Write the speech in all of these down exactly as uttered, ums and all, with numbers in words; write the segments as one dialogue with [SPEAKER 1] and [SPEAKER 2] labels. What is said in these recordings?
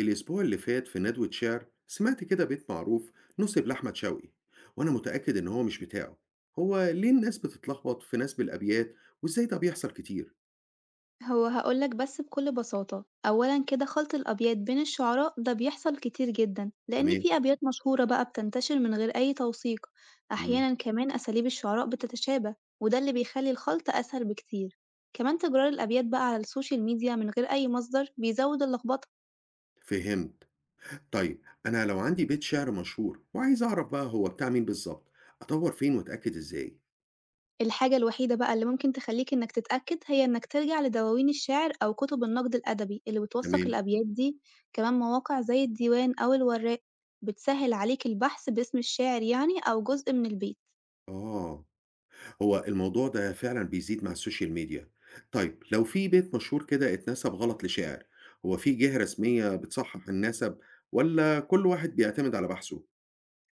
[SPEAKER 1] الأسبوع اللي فات في ندوة شعر سمعت كده بيت معروف نصب لأحمد شوقي، وأنا متأكد إن هو مش بتاعه. هو ليه الناس بتتلخبط في نسب الأبيات وإزاي ده بيحصل كتير؟
[SPEAKER 2] هو هاقول لك بس بكل بساطة، أولًا كده خلط الأبيات بين الشعراء ده بيحصل كتير جدًا، لإن
[SPEAKER 1] تمام.
[SPEAKER 2] في أبيات مشهورة بقى بتنتشر من غير أي توثيق،
[SPEAKER 1] مم.
[SPEAKER 2] أحيانًا كمان أساليب الشعراء بتتشابه، وده اللي بيخلي الخلط أسهل بكتير، كمان تكرار الأبيات بقى على السوشيال ميديا من غير أي مصدر بيزود اللخبطة.
[SPEAKER 1] فهمت. طيب أنا لو عندي بيت شعر مشهور وعايز أعرف بقى هو بتاع مين بالظبط، أدور فين وأتأكد إزاي؟
[SPEAKER 2] الحاجة الوحيدة بقى اللي ممكن تخلّيك إنك تتأكد، هي إنك ترجع لدواوين الشعر أو كتب النقد الأدبي اللي بتوثّق
[SPEAKER 1] تمام.
[SPEAKER 2] الأبيات دي، كمان مواقع زي الديوان أو الوراق بتسهّل عليك البحث باسم الشاعر يعني أو جزء من البيت.
[SPEAKER 1] آه. هو الموضوع ده فعلًا بيزيد مع السوشيال ميديا. طيب لو في بيت مشهور كده اتنسب غلط لشاعر، هو في جهة رسمية بتصحح النسب والّا كل واحد بيعتمد على بحثه؟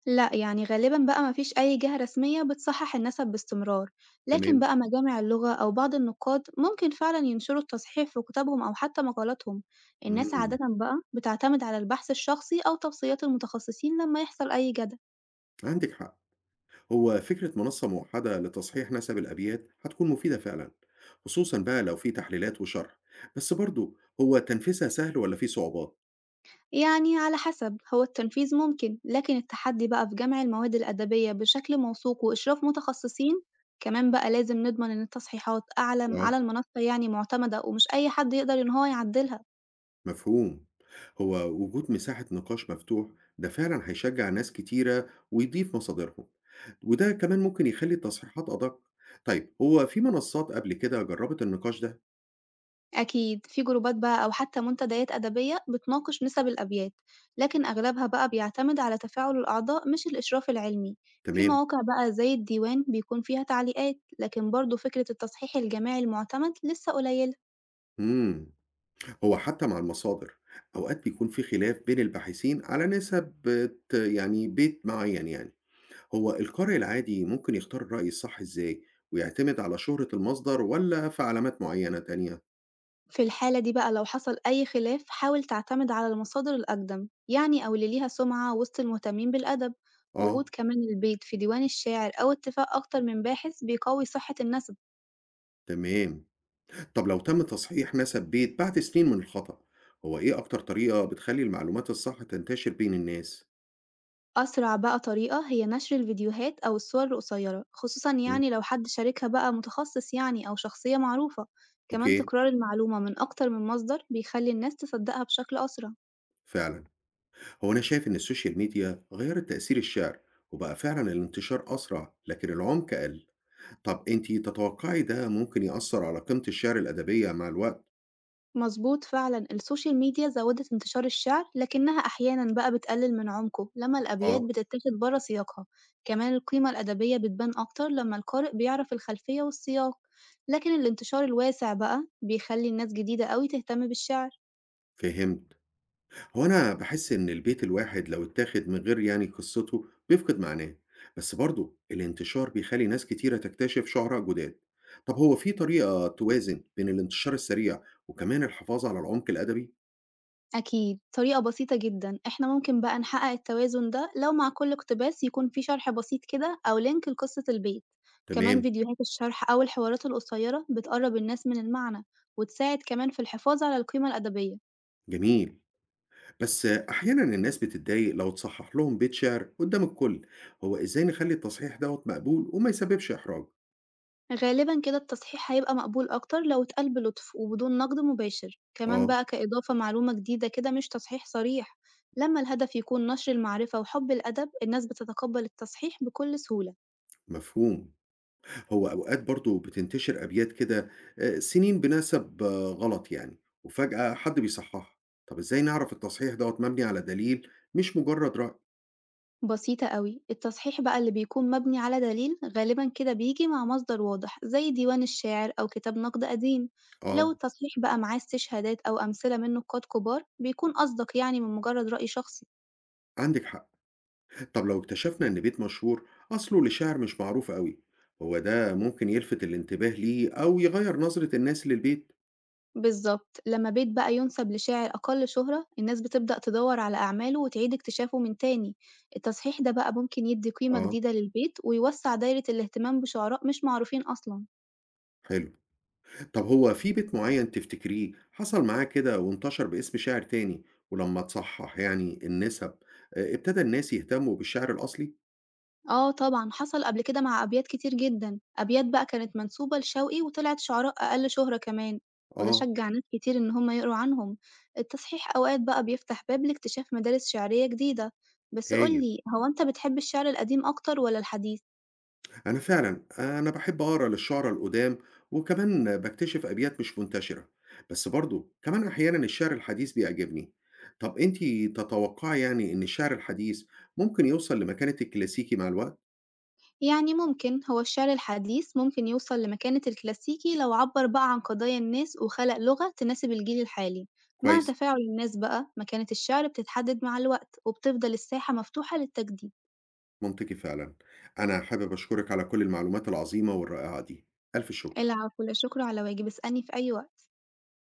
[SPEAKER 2] لأ، يعني غالبًا بقى ما فيش أي جهة رسمية بتصحّح النسب باستمرار، لكن
[SPEAKER 1] تمام.
[SPEAKER 2] بقى مجامع اللغة أو بعض النقاد ممكن فعلًا ينشروا التصحيح في كتبهم أو حتى مقالاتهم. الناس عادةً
[SPEAKER 1] إمم،
[SPEAKER 2] بقى بتعتمد على البحث الشخصي أو توصيات المتخصصين لمّا يحصل أي جدل.
[SPEAKER 1] عندِك حق. هو فكرة منصة موحدة لتصحيح نسب الأبيات هتكون مفيدة فعلًا، خصوصًا بقى لو في تحليلات وشرح، بس برضه هو تنفيذها سهل والّا في صعوبات؟
[SPEAKER 2] يعني على حسب هو التنفيذ ممكن لكن التحدي بقى في جمع المواد الأدبية بشكل موثوق وإشراف متخصصين. كمان بقى لازم نضمن إن التصحيحات أعلى
[SPEAKER 1] آه.
[SPEAKER 2] على المنصة يعني معتمدة ومش أي حد يقدر إن هو يعدلها.
[SPEAKER 1] مفهوم. هو وجود مساحة نقاش مفتوح ده فعلا هيشجع ناس كتيرة ويضيف مصادرهم، وده كمان ممكن يخلي التصحيحات أدق. طيب هو في منصات قبل كده جربت النقاش ده؟
[SPEAKER 2] أكيد في جروبات بقى أو حتى منتديات أدبية بتناقش نسب الأبيات، لكن أغلبها بقى بيعتمد على تفاعل الأعضاء مش الإشراف العلمي. في
[SPEAKER 1] تمام.
[SPEAKER 2] مواقع بقى زي الديوان بيكون فيها تعليقات لكن برضه فكرة التصحيح الجماعي المعتمد لسه قليلة.
[SPEAKER 1] مم. هو حتى مع المصادر أوقات بيكون في خلاف بين الباحثين على نسب آه، يعني بيت معين، يعني هو القارئ العادي ممكن يختار الرأي الصح إزاي، ويعتمد على شهرة المصدر ولا في علامات معينة تانية؟
[SPEAKER 2] في الحالة دي بقى لو حصل أي خلاف حاول تعتمد على المصادر الأقدم يعني أو اللي ليها سمعة وسط المهتمين بالأدب. وجود
[SPEAKER 1] آه.
[SPEAKER 2] كمان البيت في ديوان الشاعر أو اتفاق أكتر من باحث بيقوي صحة النسب.
[SPEAKER 1] تمام. طب لو تم تصحيح نسب بيت بعد سنين من الخطأ، هو إيه أكتر طريقة بتخلّي المعلومات الصح تنتشر بين الناس؟
[SPEAKER 2] أسرع بقى طريقة هي نشر الفيديوهات أو الصور القصيرة خصوصا
[SPEAKER 1] إمم،
[SPEAKER 2] يعني لو حد شاركها بقى متخصص يعني أو شخصية معروفة. كمان
[SPEAKER 1] أوكي،
[SPEAKER 2] تكرار المعلومة من أكتر من مصدر بيخلي الناس تصدقها بشكل أسرع.
[SPEAKER 1] فعلًا. هو أنا شايف إن السوشيال ميديا غيّرت تأثير الشعر، وبقى فعلًا الانتشار أسرع، لكن العمق أقل. طب أنتِ تتوقعي ده ممكن يأثّر على قيمة الشعر الأدبية مع الوقت؟
[SPEAKER 2] مضبوط فعلًا، السوشيال ميديا زوّدت انتشار الشعر، لكنها أحيانًا بقى بتقلل من عمقه لمّا الأبيات
[SPEAKER 1] آه،
[SPEAKER 2] بتتاخد برّه سياقها، كمان القيمة الأدبية بتبان أكتر لمّا القارئ بيعرف الخلفية والسياق، لكن الانتشار الواسع بقى بيخلّي الناس جديدة أوي تهتم بالشعر.
[SPEAKER 1] فهمت. هو أنا باحس إن البيت الواحد لو اتاخد من غير يعني قصته بيفقد معناه، بس برضه الانتشار بيخلي ناس كتيرة تكتشف شعراء جداد. طب هو في طريقة توازن بين الانتشار السريع وكمان الحفاظ على العمق الأدبي؟
[SPEAKER 2] أكيد، طريقة بسيطة جدًا، إحنا ممكن بقى نحقق التوازن ده لو مع كل اقتباس يكون في شرح بسيط كده أو لينك لقصة البيت، كمان
[SPEAKER 1] تمام،
[SPEAKER 2] فيديوهات الشرح أو الحوارات القصيرة بتقرب الناس من المعنى، وتساعد كمان في الحفاظ على القيمة الأدبية.
[SPEAKER 1] جميل. بس أحيانا الناس بتتضايق لو اتصحح لهم بيت شعر قدام الكل، هو إزاي نخلي التصحيح دوت مقبول وما يسببش إحراج؟
[SPEAKER 2] غالبًا كده التصحيح هيبقى مقبول أكتر لو اتقال بلطف وبدون نقد مباشر، كمان
[SPEAKER 1] آه،
[SPEAKER 2] بقى كإضافة معلومة جديدة كده مش تصحيح صريح، لما الهدف يكون نشر المعرفة وحب الأدب الناس بتتقبل التصحيح بكل سهولة.
[SPEAKER 1] مفهوم. هو أوقات برضه بتنتشر أبيات كده آآ سنين بنسب آه، غلط يعني، وفجأة حد بيصحّحها. طب إزاي نعرف التصحيح دوّة مبني على دليل مش مجرد رأي؟
[SPEAKER 2] بسيطة أوي، التصحيح بقى اللي بيكون مبني على دليل غالبا كده بيجي مع مصدر واضح زي ديوان الشاعر أو كتاب نقد قديم. لو
[SPEAKER 1] آه،
[SPEAKER 2] التصحيح بقى معاه استشهادات أو أمثلة من نقاد كبار بيكون أصدق يعني من مجرد رأي شخصي.
[SPEAKER 1] عندِك حق. طب لو اكتشفنا إن بيت مشهور أصله لشاعر مش معروف أوي، هو ده ممكن يلفت الانتباه ليه أو يغيّر نظرة الناس للبيت؟
[SPEAKER 2] بالظبط، لما بيت بقى ينسب لشاعر أقل شهرة الناس بتبدأ تدور على أعماله وتعيد اكتشافه من تاني. التصحيح ده بقى ممكن يدي قيمة
[SPEAKER 1] آه،
[SPEAKER 2] جديدة للبيت ويوسع دايرة الاهتمام بشعراء مش معروفين أصلا.
[SPEAKER 1] حلو. طب هو في بيت معيّن تفتكريه حصل معاه كده وانتشر باسم شاعر تاني، ولمّا اتصحح يعني النسب آآ ابتدى الناس يهتموا بالشعر الأصلي؟
[SPEAKER 2] آه طبعًا، حصل قبل كده مع أبيات كتير جدًا، أبيات بقى كانت منسوبة لشوقي وطلعت شعراء أقل شهرة كمان، وده
[SPEAKER 1] آه،
[SPEAKER 2] شجّع ناس كتير إن هم يقروا عنهم، التصحيح أوقات بقى بيفتح باب لاكتشاف مدارس شعرية جديدة، بس قُل
[SPEAKER 1] هايل.
[SPEAKER 2] لي هو أنت بتحب الشعر القديم أكتر والّا الحديث؟
[SPEAKER 1] أنا فعلًا أنا باحب أقرا للشعراء القدام، وكمان باكتشف أبيات مش منتشرة، بس برضه كمان أحيانًا الشعر الحديث بيعجبني. طب أنتِ تتوقعي يعني إن الشعر الحديث ممكن يوصل لمكانة الكلاسيكي مع الوقت؟
[SPEAKER 2] يعني ممكن، هو الشعر الحديث ممكن يوصل لمكانة الكلاسيكي لو عبّر بقى عن قضايا الناس وخلق لغة تناسب الجيل الحالي، مع
[SPEAKER 1] كويس،
[SPEAKER 2] تفاعل الناس بقى مكانة الشعر بتتحدد مع الوقت، وبتفضل الساحة مفتوحة للتجديد.
[SPEAKER 1] منطقي فعلًا. أنا حابب أشكرِك على كل المعلومات العظيمة والرائعة دي، ألف شكر.
[SPEAKER 2] العفو، لا شكر على واجب، اسألني في أي وقت.